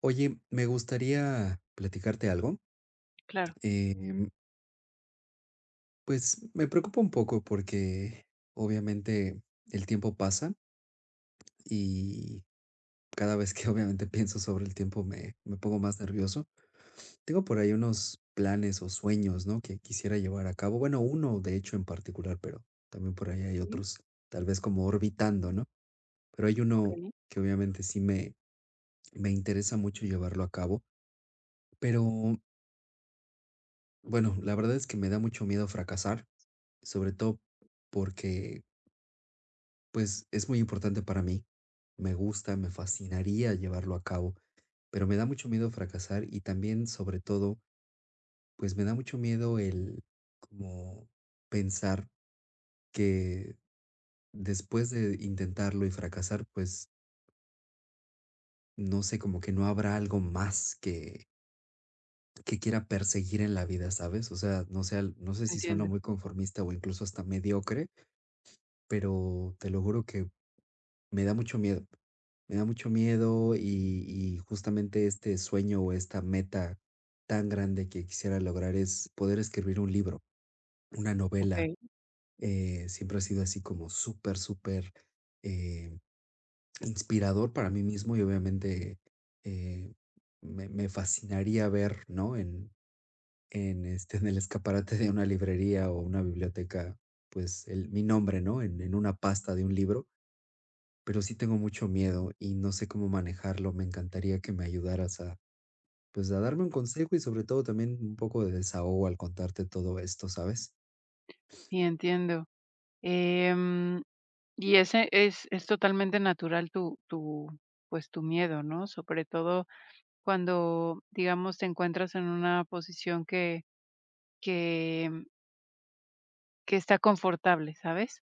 Oye, me gustaría platicarte algo. Claro, Em, pues me preocupa un poco porque obviamente el tiempo pasa y cada vez que obviamente pienso sobre el tiempo me pongo más nervioso. Tengo por ahí unos planes o sueños, ¿no? Que quisiera llevar a cabo. Bueno, uno de hecho en particular, pero también por ahí hay sí, otros, tal vez como orbitando, ¿no? Pero hay uno okey, que obviamente me interesa mucho llevarlo a cabo, pero bueno, la verdad es que me da mucho miedo fracasar. Sobre todo porque, pues, es muy importante para mí. Me gusta, me fascinaría llevarlo a cabo, pero me da mucho miedo fracasar y también, sobre todo, pues me da mucho miedo el como pensar que después de intentarlo y fracasar, pues no sé, como que no habrá algo más que quiera perseguir en la vida, ¿sabes? O sea, no sé, no sé si suena entiendo, muy conformista o incluso hasta mediocre, pero te lo juro que me da mucho miedo. Me da mucho miedo y justamente este sueño o esta meta tan grande que quisiera lograr es poder escribir un libro, una novela. okey, Siempre ha sido así como súper, súper eh, inspirador para mí mismo y obviamente eh, me fascinaría ver, ¿no? En el escaparate de una librería o una biblioteca, pues mi nombre, ¿no? En una pasta de un libro, pero sí tengo mucho miedo y no sé cómo manejarlo. Me encantaría que me ayudaras a, pues, a darme un consejo y sobre todo también un poco de desahogo al contarte todo esto, ¿sabes? sí, entiendo. Em, y ese es totalmente natural tu miedo, ¿no? Sobre todo cuando, digamos, te encuentras en una posición que que em, que está confortable, ¿sabes?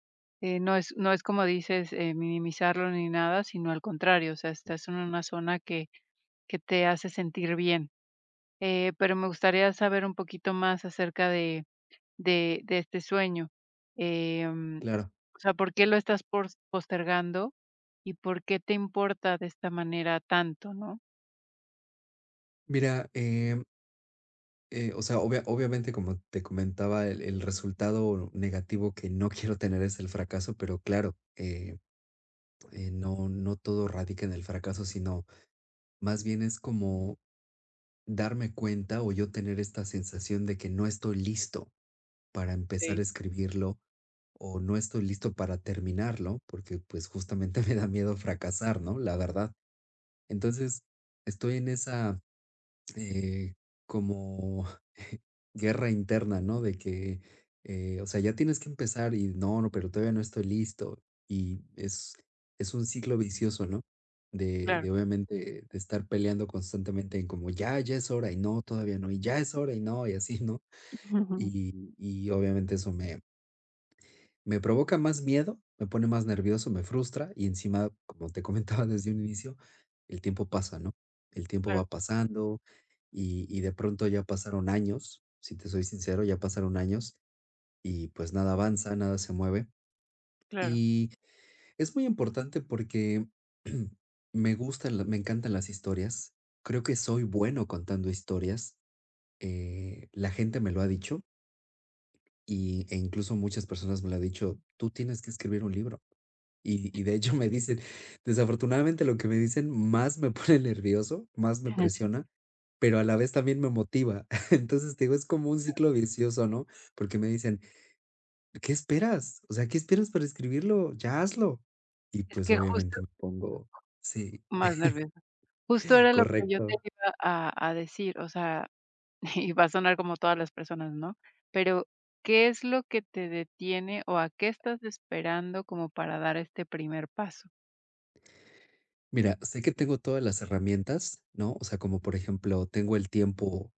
No es como dices, minimizarlo ni nada, sino al contrario, o sea, estás en una zona que te hace sentir bien. Pero me gustaría saber un poquito más acerca de este sueño. Em, Claro. o sea, ¿por qué lo estás pors postergando y por qué te importa de esta manera tanto, no? Mira, o sea, obviamente como te comentaba, el resultado negativo que no quiero tener es el fracaso, pero claro, no todo radica en el fracaso, sino más bien es como darme cuenta o yo tener esta sensación de que no estoy listo para empezar Sí. a escribirlo o no estoy listo para terminarlo, porque pues justamente me da miedo fracasar, ¿no? La verdad. Entonces, estoy en esa eh, como guerra interna, ¿no? De que, o sea, ya tienes que empezar y no, pero todavía no estoy listo. Y es, es un ciclo vicioso, ¿no? Claro. De obviamente de estar peleando constantemente en como ya, ya es hora y no, todavía no, y ya es hora y no, y así, ¿no? Ujú. Y obviamente eso me provoca más miedo, me pone más nervioso, me frustra y encima, como te comentaba desde un inicio, el tiempo pasa, ¿no? El tiempo Claro, va pasando y de pronto ya pasaron años, si te soy sincero, ya pasaron años y pues nada avanza, nada se mueve. claro. Y es muy importante porque me encantan las historias, creo que soy bueno contando historias, la gente me lo ha dicho e incluso muchas personas me lo han dicho, tú tienes que escribir un libro. Y de hecho me dicen, desafortunadamente lo que me dicen más me pone nervioso, más me Ujú. presiona, pero a la vez también me motiva. Entonces, te digo, es como un ciclo vicioso, ¿no? Porque me dicen, ¿qué esperas? O sea, ¿qué esperas para escribirlo? Ya hazlo. Y Es pues que justo obviamente me pongo, sí, más nerviosa. Justo era lo que yo te correcto. iba a decir, o sea, y va a sonar como todas las personas, ¿no? Pero, ¿qué es lo que te detiene o a qué estás esperando como para dar este primer paso? Mira, sé que tengo todas las herramientas, ¿no? O sea, como por ejemplo, tengo el tiempo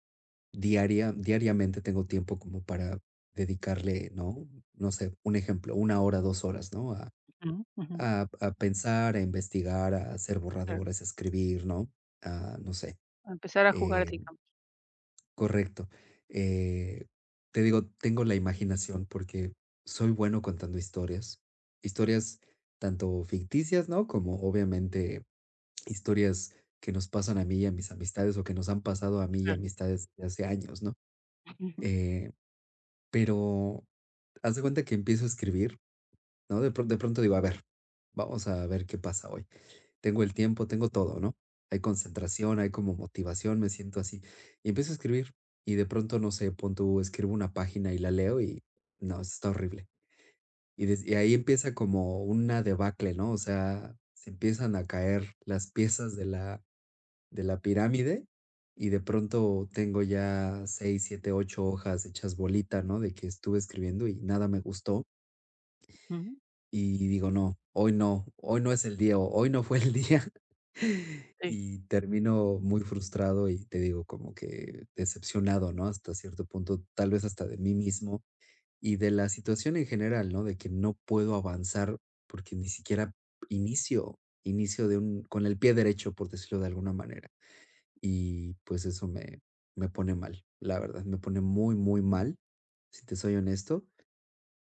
diariamente tengo tiempo como para dedicarle, ¿no? No sé, un ejemplo, una hora, dos horas, ¿no? Ujú, ujú. A pensar, a investigar, a hacer Claro, borradores, a escribir, ¿no? Ah, no sé, a empezar a jugar, eh, digamos, correcto. Eh, Te digo, tengo la imaginación porque soy bueno contando historias, historias tanto ficticias, ¿no? Como obviamente historias que nos pasan a mí y a mis amistades o que nos han pasado a mí y claro. amistades de hace años, ¿no? Eh, pero haz de cuenta que empiezo a escribir, ¿no? De pronto digo, a ver, vamos a ver qué pasa hoy. Tengo el tiempo, tengo todo, ¿no? Hay concentración, hay como motivación, me siento así. Y empiezo a escribir y de pronto, no sé, pon tú, escribo una página y la leo y no, está horrible. Y ahí empieza como una debacle, ¿no? O sea, se empiezan a caer las piezas de la pirámide y de pronto tengo ya seis, siete, ocho hojas hechas bolita, ¿no? De que estuve escribiendo y nada me gustó Ujú. y digo, no, hoy no, hoy no es el día, o hoy no fue el día. Sí. Y termino muy frustrado y te digo, como que decepcionado, ¿no? Hasta cierto punto, tal vez hasta de mí mismo y de la situación en general, ¿no? De que no puedo avanzar porque ni siquiera inicio de un, con el pie derecho, por decirlo de alguna manera. Y pues eso me, me pone mal, la verdad, me pone muy, muy mal, si te soy honesto,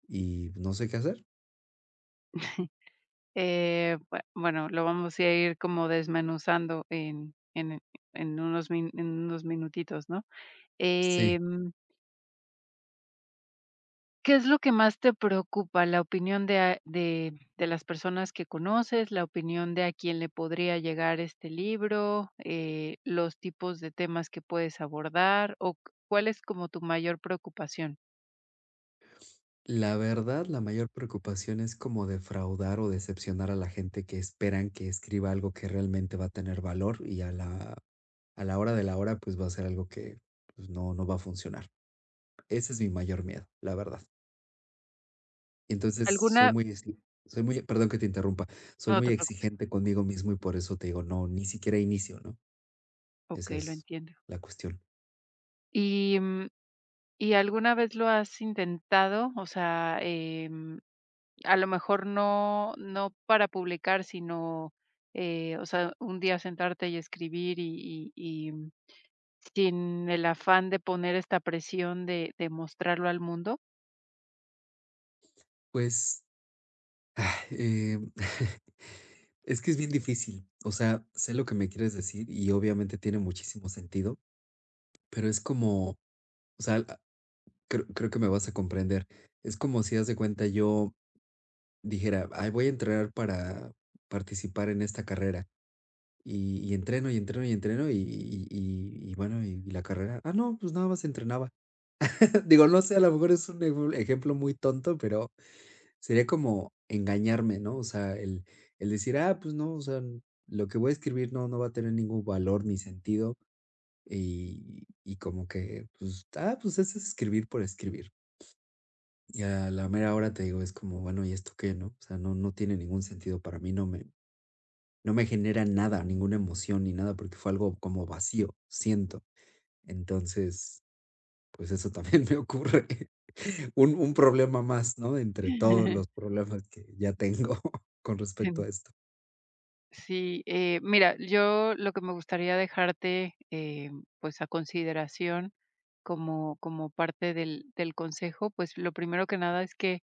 y no sé qué hacer. Bueno, lo vamos a ir como desmenuzando en unos minutitos, ¿no? Sí. Em, ¿Qué es lo que más te preocupa? ¿La opinión de las personas que conoces? ¿La opinión de a quién le podría llegar este libro? ¿Los tipos de temas que puedes abordar? ¿O c cuál es como tu mayor preocupación? La verdad, la mayor preocupación es como defraudar o decepcionar a la gente que esperan que escriba algo que realmente va a tener valor y a la hora de la hora pues va a ser algo que pues, no, no va a funcionar. Ese es mi mayor miedo, la verdad. Y entonces ¿Alguna? Soy muy, perdón que te interrumpa, soy No muy te preocupes. exigente conmigo mismo y por eso te digo, no, ni siquiera inicio, ¿no? Esa Okey, lo es entiendo. la cuestión. Y, ¿y alguna vez lo has intentado? O sea, a lo mejor no para publicar, sino, o sea, un día sentarte y escribir y sin el afán de poner esta presión de mostrarlo al mundo. Pues eh, es que es bien difícil. O sea, sé lo que me quieres decir y obviamente tiene muchísimo sentido. Pero es como, o sea, creo que me vas a comprender. Es como si haz de cuenta yo dijera, ay, voy a entrenar para participar en esta carrera. Y entreno y entreno y entreno y bueno, y la carrera. Ah, no, pues nada más entrenaba. Digo, no sé, a lo mejor es un ejemplo muy tonto, pero sería como engañarme, ¿no? O sea, el decir, ah, pues no, o sea, lo que voy a escribir no, no va a tener ningún valor ni sentido. Y como que, pues, ah, pues es escribir por escribir. Y a la mera hora te digo, es como, bueno, ¿y esto qué, no? O sea, no, no tiene ningún sentido para mí, no me genera nada, ninguna emoción ni nada, porque fue algo como vacío, siento. Entonces, pues eso también me ocurre. Un problema más, ¿no? Entre todos los problemas que ya tengo con respecto En a esto. Sí, mira, yo lo que me gustaría dejarte, pues, a consideración como como parte del consejo, pues, lo primero que nada es que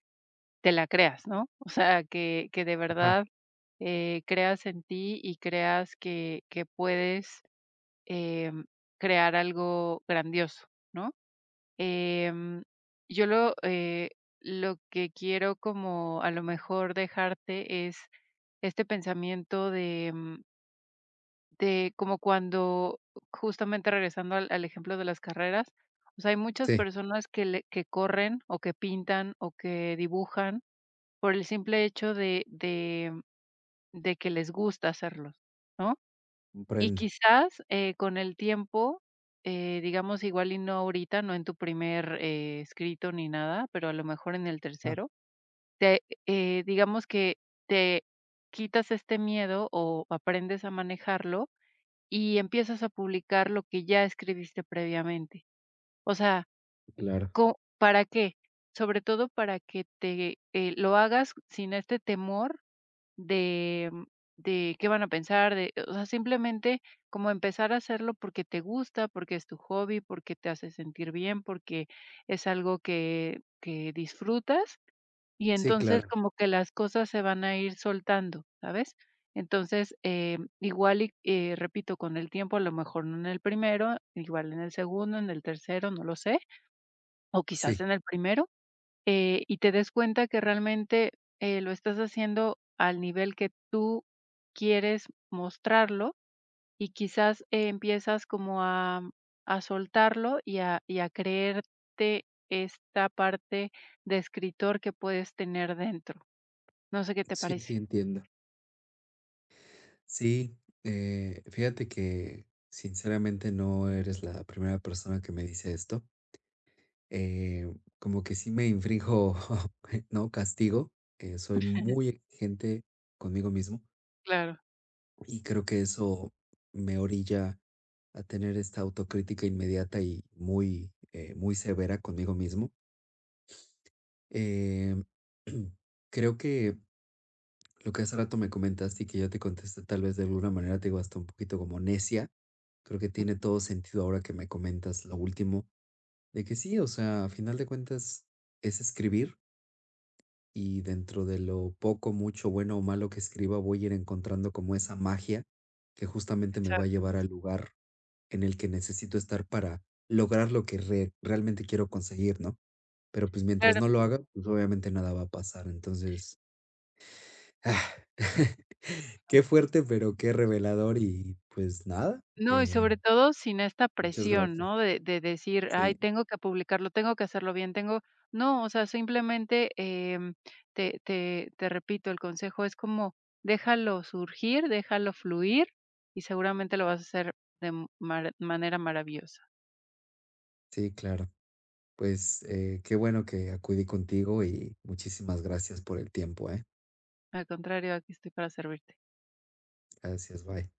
te la creas, ¿no? O sea, que de Ajá, verdad, creas en ti y creas que puedes, em, crear algo grandioso, ¿no? Em, yo lo, eh, lo que quiero como a lo mejor dejarte es este pensamiento de, de como cuando, justamente regresando al ejemplo de las carreras, o sea, hay muchas sí, personas que corren o que pintan o que dibujan por el simple hecho de que les gusta hacerlos, ¿no? Y comprendo. quizás, con el tiempo, digamos, igual y no ahorita, no en tu primer, escrito ni nada, pero a lo mejor en el Ah, tercero, te digamos que te quitas este miedo o aprendes a manejarlo y empiezas a publicar lo que ya escribiste previamente. O sea, claro. co ¿para qué? Sobre todo para que te, lo hagas sin este temor de de qué van a pensar, de o sea, simplemente como empezar a hacerlo porque te gusta, porque es tu hobby, porque te hace sentir bien, porque es algo que disfrutas, y Sí, entonces claro. como que las cosas se van a ir soltando, ¿sabes? Entonces, igual y, repito, con el tiempo, a lo mejor no en el primero, igual en el segundo, en el tercero, no lo sé, o quizás Sí, en el primero, y te des cuenta que realmente, lo estás haciendo al nivel que tú quieres mostrarlo y quizás, empiezas como a soltarlo y a creerte esta parte de escritor que puedes tener dentro. No sé qué te sí, parece. entiendo. Sí, fíjate que sinceramente no eres la primera persona que me dice esto. eh, Como que sí me infrinjo, ¿no? Castigo. Soy muy exigente conmigo mismo Claro. y creo que eso me orilla a tener esta autocrítica inmediata y muy, muy severa conmigo mismo. Eh, creo que lo que hace rato me comentaste y que yo te contesté tal vez de alguna manera, te digo, hasta un poquito como necia, creo que tiene todo sentido ahora que me comentas lo último, de que sí, o sea, a final de cuentas es escribir y dentro de lo poco, mucho, bueno o malo que escriba, voy a ir encontrando como esa magia que justamente me va a Exacto. llevar al lugar en el que necesito estar para lograr lo que realmente quiero conseguir, ¿no? Pero pues mientras Claro. no lo haga, pues obviamente nada va a pasar. Entonces, ah, qué fuerte, pero qué revelador y pues nada, No, y eh, sobre todo sin esta muchas presión, gracias. ¿no? De decir: "Ay, Sí, tengo que publicarlo, tengo que hacerlo bien, tengo". No, o sea, simplemente, te repito, el consejo es como déjalo surgir, déjalo fluir y seguramente lo vas a hacer de mar manera maravillosa. sí, claro. Pues qué bueno que acudí contigo y muchísimas gracias por el tiempo, ¿eh? Al contrario, aquí estoy para servirte. Gracias, bye.